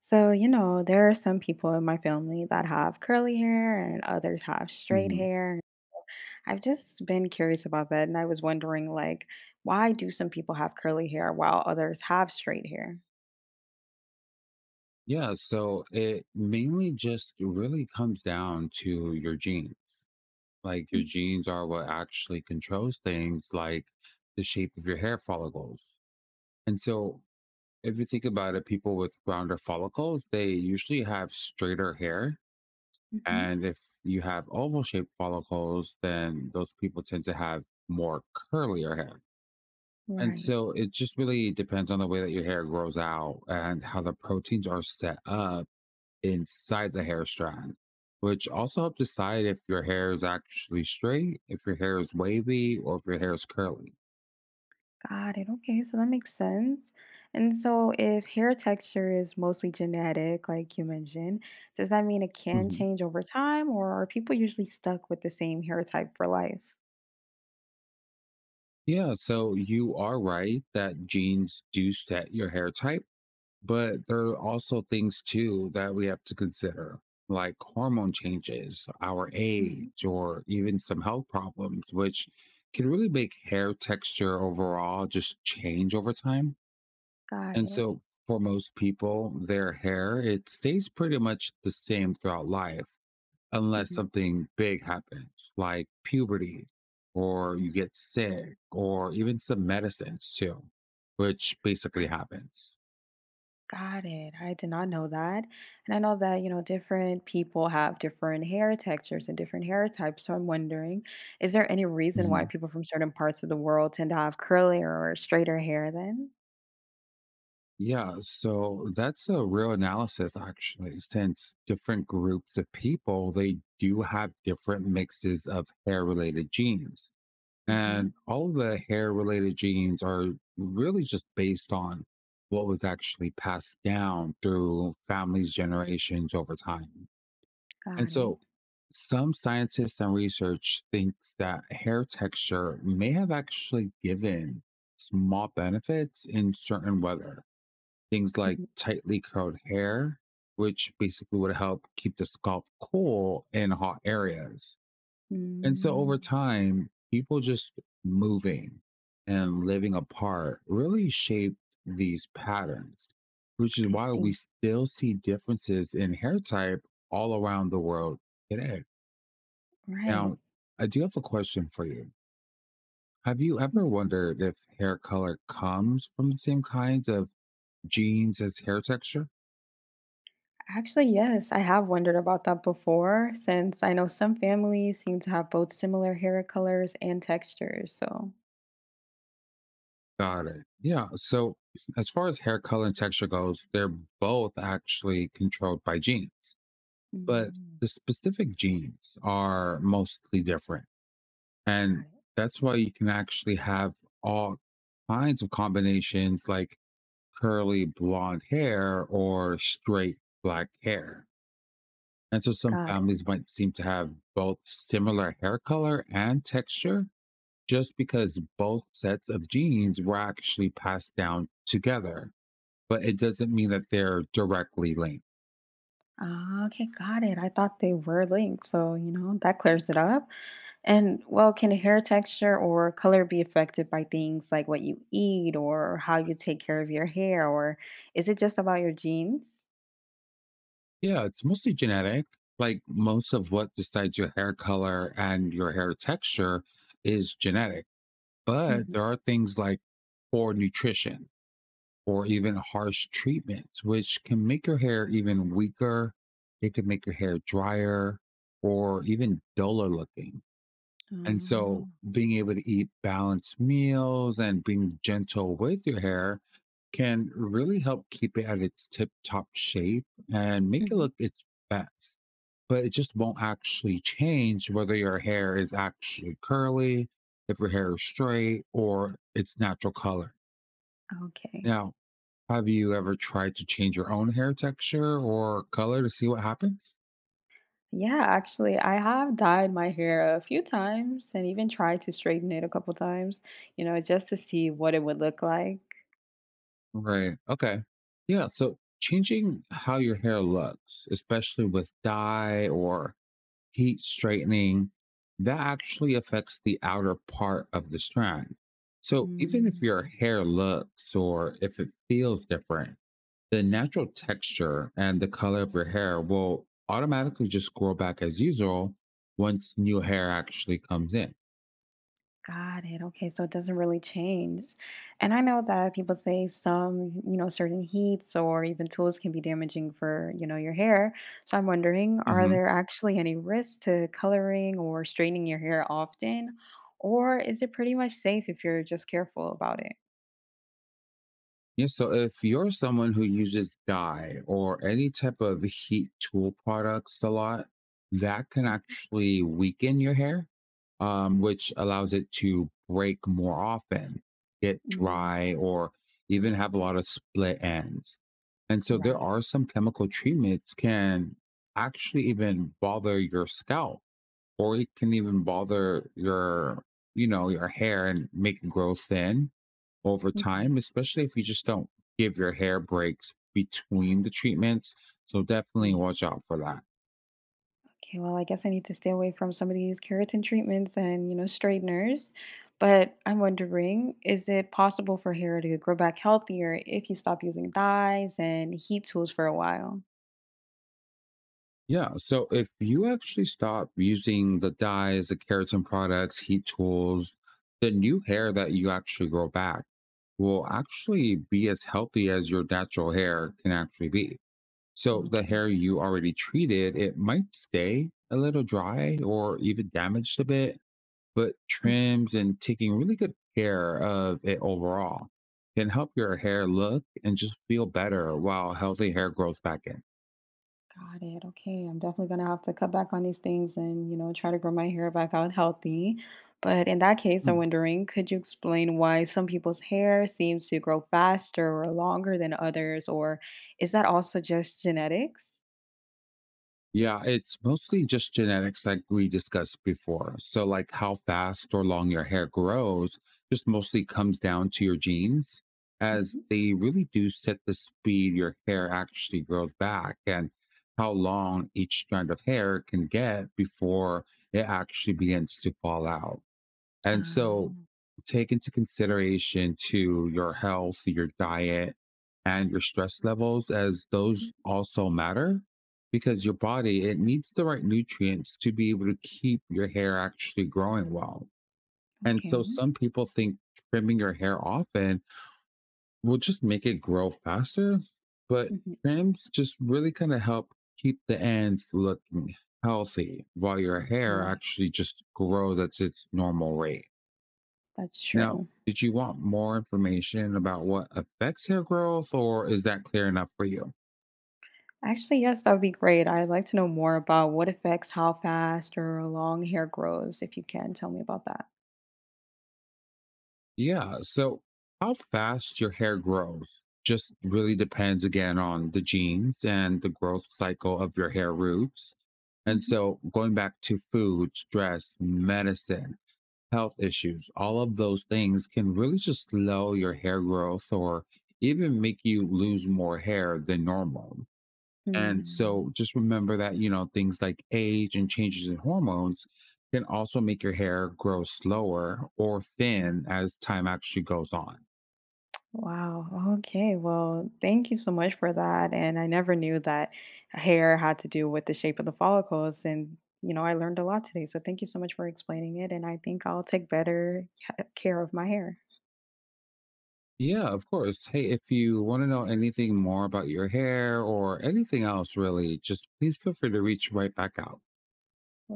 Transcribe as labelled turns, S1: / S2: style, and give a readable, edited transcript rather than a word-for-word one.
S1: So, there are some people in my family that have curly hair and others have straight
S2: Mhm.
S1: hair. I've just been curious about that and I was wondering like why do some people have curly hair while others have straight hair?
S2: Yeah, so it mainly just really comes down to your genes. Like your genes are what actually controls things like the shape of your hair follicles. And so if you think about it, people with rounder follicles, they usually have straighter hair.
S1: Hmm.
S2: And if you have oval shaped follicles, then those people tend to have more curlier hair. And
S1: Right.
S2: so it just really depends on the way that your hair grows out and how the proteins are set up inside the hair strand, which also help decide if your hair is actually straight, if your hair is wavy, or if your hair is curly.
S1: Got it. Okay, so that makes sense. And so if hair texture is mostly genetic, like you mentioned, does that mean it can
S2: Hmm.
S1: change over time or are people usually stuck with the same hair type for life?
S2: Yeah, so you are right that genes do set your hair type, but there are also things too that we have to consider, like hormone changes, our
S1: Hmm.
S2: age, or even some health problems, which can really make hair texture overall just change over time.
S1: Got
S2: And
S1: it.
S2: so for most people, their hair, it stays pretty much the same throughout life unless
S1: Mhm.
S2: something big happens, like puberty, or you get sick, or even some medicines too, which basically happens.
S1: Got it. I did not know that. And I know that, different people have different hair textures and different hair types. So I'm wondering, is there any reason why
S2: Mhm.
S1: people from certain parts of the world tend to have curlier or straighter hair then?
S2: Yeah, so that's a real analysis actually, since different groups of people, they do have different mixes of hair related genes.
S1: Hmm.
S2: And all of the hair related genes are really just based on what was actually passed down through families, generations over time. And
S1: Got it.
S2: so some scientists and research thinks that hair texture may have actually given small benefits in certain weather. Things like
S1: Mhm.
S2: tightly curled hair, which basically would help keep the scalp cool in hot areas. And so over
S1: Mm.
S2: time, people just moving and living apart really shaped these patterns, which is
S1: I
S2: why we
S1: see.
S2: still see differences in hair type all around the world today.
S1: Right.
S2: Now, I do have a question for you. Have you
S1: Mm.
S2: ever wondered if hair color comes from the same kinds of genes as hair texture?
S1: Actually, yes, I have wondered about that before, since I know some families seem to have both similar hair colors and textures. So,
S2: Got it. Yeah. So, as far as hair color and texture goes, they're both actually controlled by genes, but
S1: mm,
S2: the specific genes are mostly different.
S1: got
S2: And
S1: it.
S2: that's why you can actually have all kinds of combinations like curly blonde hair or straight black hair. And so some
S1: Got it.
S2: families might seem to have both similar hair color and texture just because both sets of genes were actually passed down together. But it doesn't mean that they're directly linked.
S1: Ah, okay, got it. I thought they were linked, so you know that clears it up. And well, can hair texture or color be affected by things like what you eat or how you take care of your hair, or is it just about your genes?
S2: Yeah, it's mostly genetic. Like most of what decides your hair color and your hair texture is genetic. But
S1: Hmm.
S2: there are things like poor nutrition or even harsh treatments, which can make your hair even weaker. It can make your hair drier or even duller looking. And
S1: Hmm.
S2: so being able to eat balanced meals and being gentle with your hair can really help keep it at its tip top shape and make it look its best. But it just won't actually change whether your hair is actually curly, if your hair is straight, or its natural color.
S1: Okay.
S2: Now, have you ever tried to change your own hair texture or color to see what happens?
S1: Yeah, actually, I have dyed my hair a few times and even tried to straighten it a couple times, just to see what it would look like.
S2: Right. Okay. Yeah. So changing how your hair looks, especially with dye or heat straightening, that actually affects the outer part of the strand. So even if
S1: Mm.
S2: your hair looks or if it feels different, the natural texture and the color of your hair will automatically just grow back as usual once new hair actually comes in.
S1: Got it. Okay, so it doesn't really change. And I know that people say some certain heats or even tools can be damaging for your hair. So I'm wondering, are there actually any risks to coloring or straightening your hair often? Or is it pretty much safe if you're just careful about it?
S2: Yeah, so if you're someone who uses dye or any type of heat tool products a lot, that can
S1: Mm-hmm.
S2: actually weaken your hair, which allows it to break more often, get
S1: Mm.
S2: dry, or even have a lot of split ends. And so there
S1: Right.
S2: are some chemical treatments can actually even bother your scalp, or it can even bother your, your hair and make it grow thin over
S1: Hmm.
S2: time, especially if you just don't give your hair breaks between the treatments. So definitely
S1: Yeah.
S2: watch out for that.
S1: Okay. Well, I guess I need to stay away from some of these keratin treatments and straighteners. But I'm wondering, is it possible for hair to grow back healthier if you stop using dyes and heat tools for a while?
S2: Yeah. So if you actually stop using the dyes, the keratin products, heat tools, the new hair that you actually grow back will actually be as healthy as your natural hair can actually be. So the
S1: Okay.
S2: hair you already treated, it might stay a little dry or even damaged a bit, but trims and taking really good care of it overall can help your hair look and just feel better while healthy hair grows back in.
S1: Got it. Okay. I'm definitely going to have to cut back on these things and try to grow my hair back out healthy. But in that case, I'm
S2: Mm.
S1: wondering, could you explain why some people's hair seems to grow faster or longer than others? Or is that also just genetics?
S2: Yeah, it's mostly just genetics like we discussed before. So, like how fast or long your hair grows just mostly comes down to your genes, as
S1: Mhm.
S2: they really do set the speed your hair actually grows back and how long each strand of hair can get before it actually begins to fall out. And so
S1: Um,
S2: take into consideration to your health, your diet, and your stress levels as
S1: mm,
S2: those also matter because your body it needs the right nutrients to be able to keep your hair actually growing well. And so
S1: okay.
S2: some people think trimming your hair often will just make it grow faster, but
S1: Mhm.
S2: trims just really kind of help keep the ends looking healthy while your hair
S1: Right.
S2: actually just grows at its normal rate.
S1: That's
S2: Now,
S1: true.
S2: did you want more information about what affects hair growth, or is that clear enough for you?
S1: Actually, yes, that would be great. I'd like to know more about what affects how fast or long hair grows, if you can tell me about that.
S2: Yeah, so how fast your hair grows just really depends again on the genes and the growth cycle of your hair roots. And so, going back to food, stress, medicine, health issues, all of those things can really just slow your hair growth or even make you lose more hair than normal. And
S1: Hmm.
S2: so just remember that, things like age and changes in hormones can also make your hair grow slower or thin as time actually goes on.
S1: Wow. Okay. Well, thank you so much for that. And I never knew that hair had to do with the shape of the follicles. And I learned a lot today. So thank you so much for explaining it. And I think I'll take better care of my hair.
S2: Yeah, of course. Hey, if you want to know anything more about your hair or anything else, really, just please feel free to reach right back out.